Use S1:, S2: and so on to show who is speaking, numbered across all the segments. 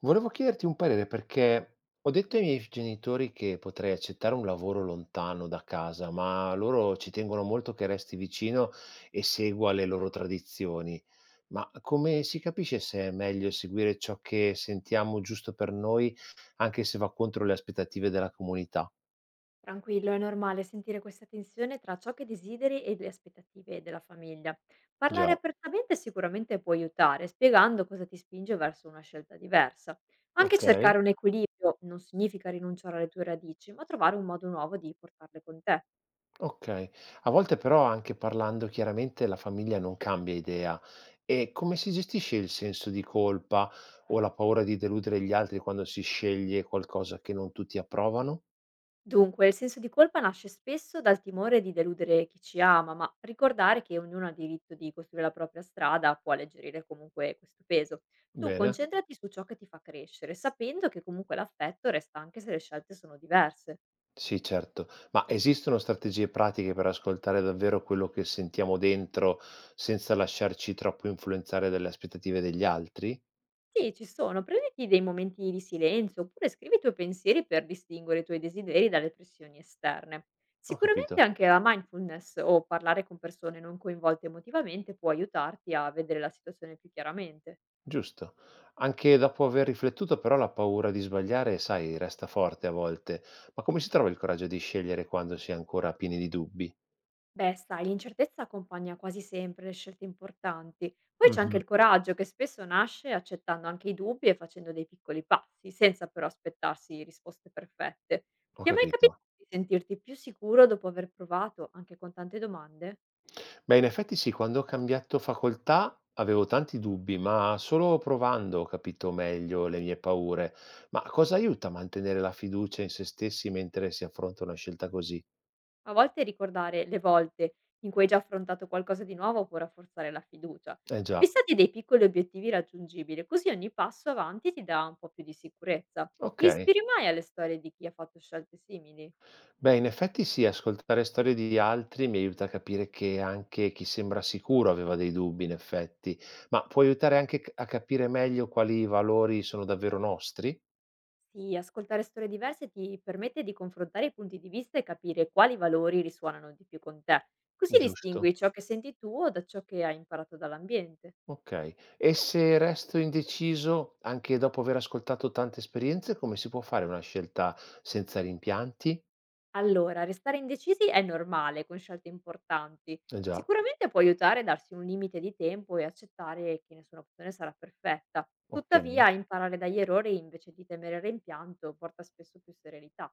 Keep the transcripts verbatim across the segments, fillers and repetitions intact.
S1: Volevo chiederti un parere perché ho detto ai miei genitori che potrei accettare un lavoro lontano da casa, ma loro ci tengono molto che resti vicino e segua le loro tradizioni. Ma come si capisce se è meglio seguire ciò che sentiamo giusto per noi, anche se va contro le aspettative della comunità?
S2: Tranquillo, è normale sentire questa tensione tra ciò che desideri e le aspettative della famiglia.
S1: Già,
S2: Parlare apertamente sicuramente può aiutare, spiegando cosa ti spinge verso una scelta diversa. Anche
S1: ok.
S2: cercare un equilibrio non significa rinunciare alle tue radici, ma trovare un modo nuovo di portarle con te.
S1: Okay. A volte però, anche parlando chiaramente, la famiglia non cambia idea. E come si gestisce il senso di colpa o la paura di deludere gli altri quando si sceglie qualcosa che non tutti approvano?
S2: Dunque, il senso di colpa nasce spesso dal timore di deludere chi ci ama, ma ricordare che ognuno ha diritto di costruire la propria strada può alleggerire comunque questo peso. Tu
S1: Bene.
S2: concentrati su ciò che ti fa crescere, sapendo che comunque l'affetto resta anche se le scelte sono diverse.
S1: Sì, certo. Ma esistono strategie pratiche per ascoltare davvero quello che sentiamo dentro senza lasciarci troppo influenzare dalle aspettative degli altri?
S2: Sì, ci sono, prenditi dei momenti di silenzio oppure scrivi i tuoi pensieri per distinguere i tuoi desideri dalle pressioni esterne.
S1: Ho
S2: Sicuramente
S1: capito.
S2: anche la mindfulness o parlare con persone non coinvolte emotivamente può aiutarti a vedere la situazione più chiaramente.
S1: Giusto. Anche dopo aver riflettuto però la paura di sbagliare, sai, resta forte a volte. Ma come si trova il coraggio di scegliere quando si è ancora pieni di dubbi?
S2: Beh, sai, l'incertezza accompagna quasi sempre le scelte importanti. Poi c'è anche
S1: Mhm.
S2: il coraggio che spesso nasce accettando anche i dubbi e facendo dei piccoli passi, senza però aspettarsi risposte perfette.
S1: Ho
S2: Ti è mai capitato
S1: capito.
S2: di sentirti più sicuro dopo aver provato, anche con tante domande?
S1: Beh, in effetti sì, quando ho cambiato facoltà avevo tanti dubbi, ma solo provando ho capito meglio le mie paure. Ma cosa aiuta a mantenere la fiducia in se stessi mentre si affronta una scelta così?
S2: A volte ricordare le volte in cui hai già affrontato qualcosa di nuovo può rafforzare la fiducia.
S1: Eh già,
S2: Fissati dei piccoli obiettivi raggiungibili, così ogni passo avanti ti dà un po' più di sicurezza.
S1: ok.
S2: Ti ispiri mai alle storie di chi ha fatto scelte simili?
S1: Beh, in effetti sì, ascoltare storie di altri mi aiuta a capire che anche chi sembra sicuro aveva dei dubbi, in effetti, ma può aiutare anche c- a capire meglio quali valori sono davvero nostri?
S2: Sì, ascoltare storie diverse ti permette di confrontare i punti di vista e capire quali valori risuonano di più con te. Così
S1: Giusto.
S2: distingui ciò che senti tu da ciò che hai imparato dall'ambiente.
S1: Ok. E se resto indeciso, anche dopo aver ascoltato tante esperienze, come si può fare una scelta senza rimpianti?
S2: Allora, restare indecisi è normale con scelte importanti.
S1: Eh già,
S2: Sicuramente può aiutare a darsi un limite di tempo e accettare che nessuna opzione sarà perfetta.
S1: ok.
S2: Tuttavia, imparare dagli errori invece di temere il rimpianto porta spesso più serenità.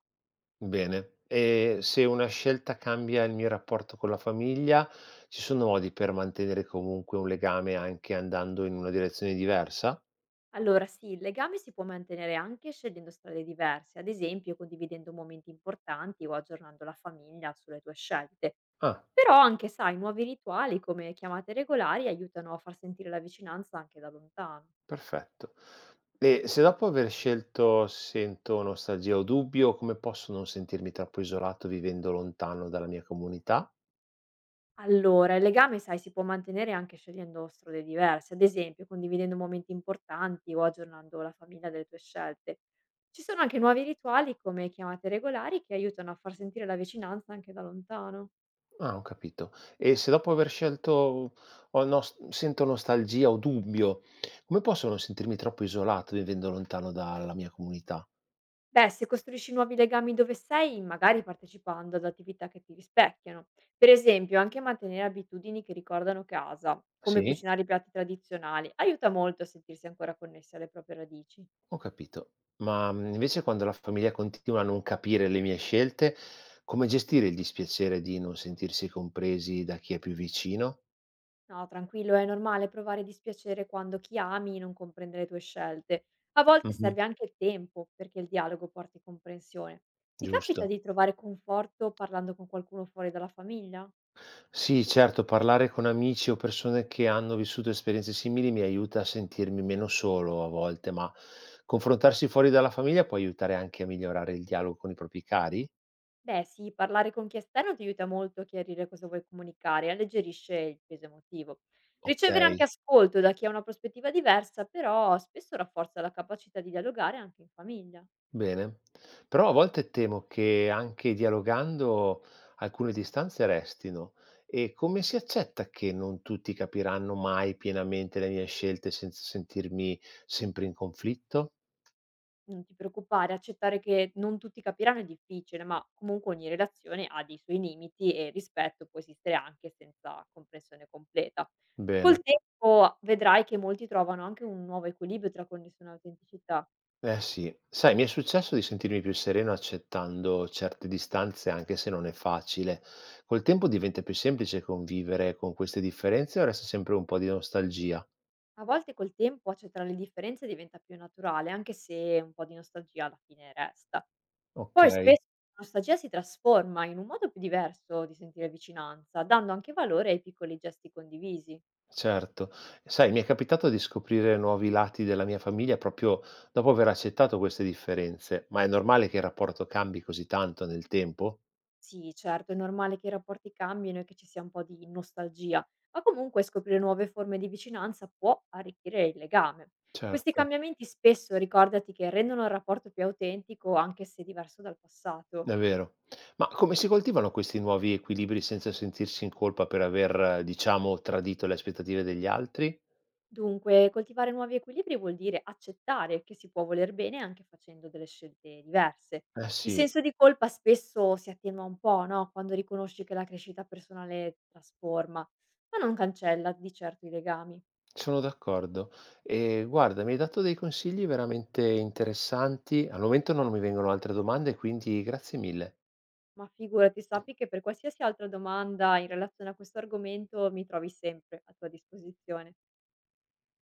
S1: Bene. E se una scelta cambia il mio rapporto con la famiglia, ci sono modi per mantenere comunque un legame anche andando in una direzione diversa?
S2: Allora sì, il legame si può mantenere anche scegliendo strade diverse, ad esempio condividendo momenti importanti o aggiornando la famiglia sulle tue scelte.
S1: Ah,
S2: Però anche, sai, nuovi rituali come chiamate regolari aiutano a far sentire la vicinanza anche da lontano.
S1: perfetto. E se dopo aver scelto sento nostalgia o dubbio, come posso non sentirmi troppo isolato vivendo lontano dalla mia comunità?
S2: Allora, il legame, sai, si può mantenere anche scegliendo strade diverse, ad esempio condividendo momenti importanti o aggiornando la famiglia delle tue scelte. Ci sono anche nuovi rituali come chiamate regolari che aiutano a far sentire la vicinanza anche da lontano.
S1: Ah, ho capito. E se dopo aver scelto ho nos- sento nostalgia o dubbio, come posso non sentirmi troppo isolato vivendo lontano dalla mia comunità?
S2: Beh, se costruisci nuovi legami dove sei, magari partecipando ad attività che ti rispecchiano. Per esempio, anche mantenere abitudini che ricordano casa, come
S1: Sì?
S2: cucinare i piatti tradizionali, aiuta molto a sentirsi ancora connessi alle proprie radici.
S1: Ho capito. Ma, mhmm, invece quando la famiglia continua a non capire le mie scelte, come gestire il dispiacere di non sentirsi compresi da chi è più vicino?
S2: No, tranquillo, è normale provare dispiacere quando chi ami non comprende le tue scelte. A volte
S1: Mh-mh,
S2: serve anche il tempo perché il dialogo porti comprensione. Ti capita
S1: giusto.
S2: di trovare conforto parlando con qualcuno fuori dalla famiglia?
S1: Sì, certo, parlare con amici o persone che hanno vissuto esperienze simili mi aiuta a sentirmi meno solo a volte, ma confrontarsi fuori dalla famiglia può aiutare anche a migliorare il dialogo con i propri cari?
S2: Beh sì, parlare con chi è esterno ti aiuta molto a chiarire cosa vuoi comunicare e alleggerisce il peso emotivo.
S1: Ok.
S2: Ricevere anche ascolto da chi ha una prospettiva diversa, però spesso rafforza la capacità di dialogare anche in famiglia.
S1: Bene. Però a volte temo che anche dialogando alcune distanze restino. E come si accetta che non tutti capiranno mai pienamente le mie scelte senza sentirmi sempre in conflitto?
S2: Non ti preoccupare, accettare che non tutti capiranno è difficile, ma comunque ogni relazione ha dei suoi limiti e il rispetto può esistere anche senza comprensione completa. Col
S1: Bene.
S2: tempo vedrai che molti trovano anche un nuovo equilibrio tra connessione e autenticità.
S1: Eh sì, sai, mi è successo di sentirmi più sereno accettando certe distanze, anche se non è facile. Col tempo diventa più semplice convivere con queste differenze o resta sempre un po' di nostalgia?
S2: A volte col tempo accettare le differenze diventa più naturale, anche se un po' di nostalgia alla fine resta.
S1: Ok.
S2: Poi spesso la nostalgia si trasforma in un modo più diverso di sentire vicinanza, dando anche valore ai piccoli gesti condivisi.
S1: Certo. Sai, mi è capitato di scoprire nuovi lati della mia famiglia proprio dopo aver accettato queste differenze, ma è normale che il rapporto cambi così tanto nel tempo?
S2: Sì, certo, è normale che i rapporti cambino e che ci sia un po' di nostalgia, ma comunque scoprire nuove forme di vicinanza può arricchire il legame. Questi
S1: Certo,
S2: cambiamenti spesso ricordati che rendono il rapporto più autentico anche se diverso dal passato.
S1: è vero. Ma come si coltivano questi nuovi equilibri senza sentirsi in colpa per aver, eh, diciamo, tradito le aspettative degli altri?
S2: Dunque, coltivare nuovi equilibri vuol dire accettare che si può voler bene anche facendo delle scelte diverse.
S1: Eh
S2: Il
S1: sì,
S2: senso di colpa spesso si attenua un po', no? Quando riconosci che la crescita personale trasforma, ma non cancella di certo i legami.
S1: sono d'accordo. E guarda, mi hai dato dei consigli veramente interessanti. Al momento non mi vengono altre domande, quindi grazie mille.
S2: Ma figurati, sappi che per qualsiasi altra domanda in relazione a questo argomento mi trovi sempre a tua disposizione.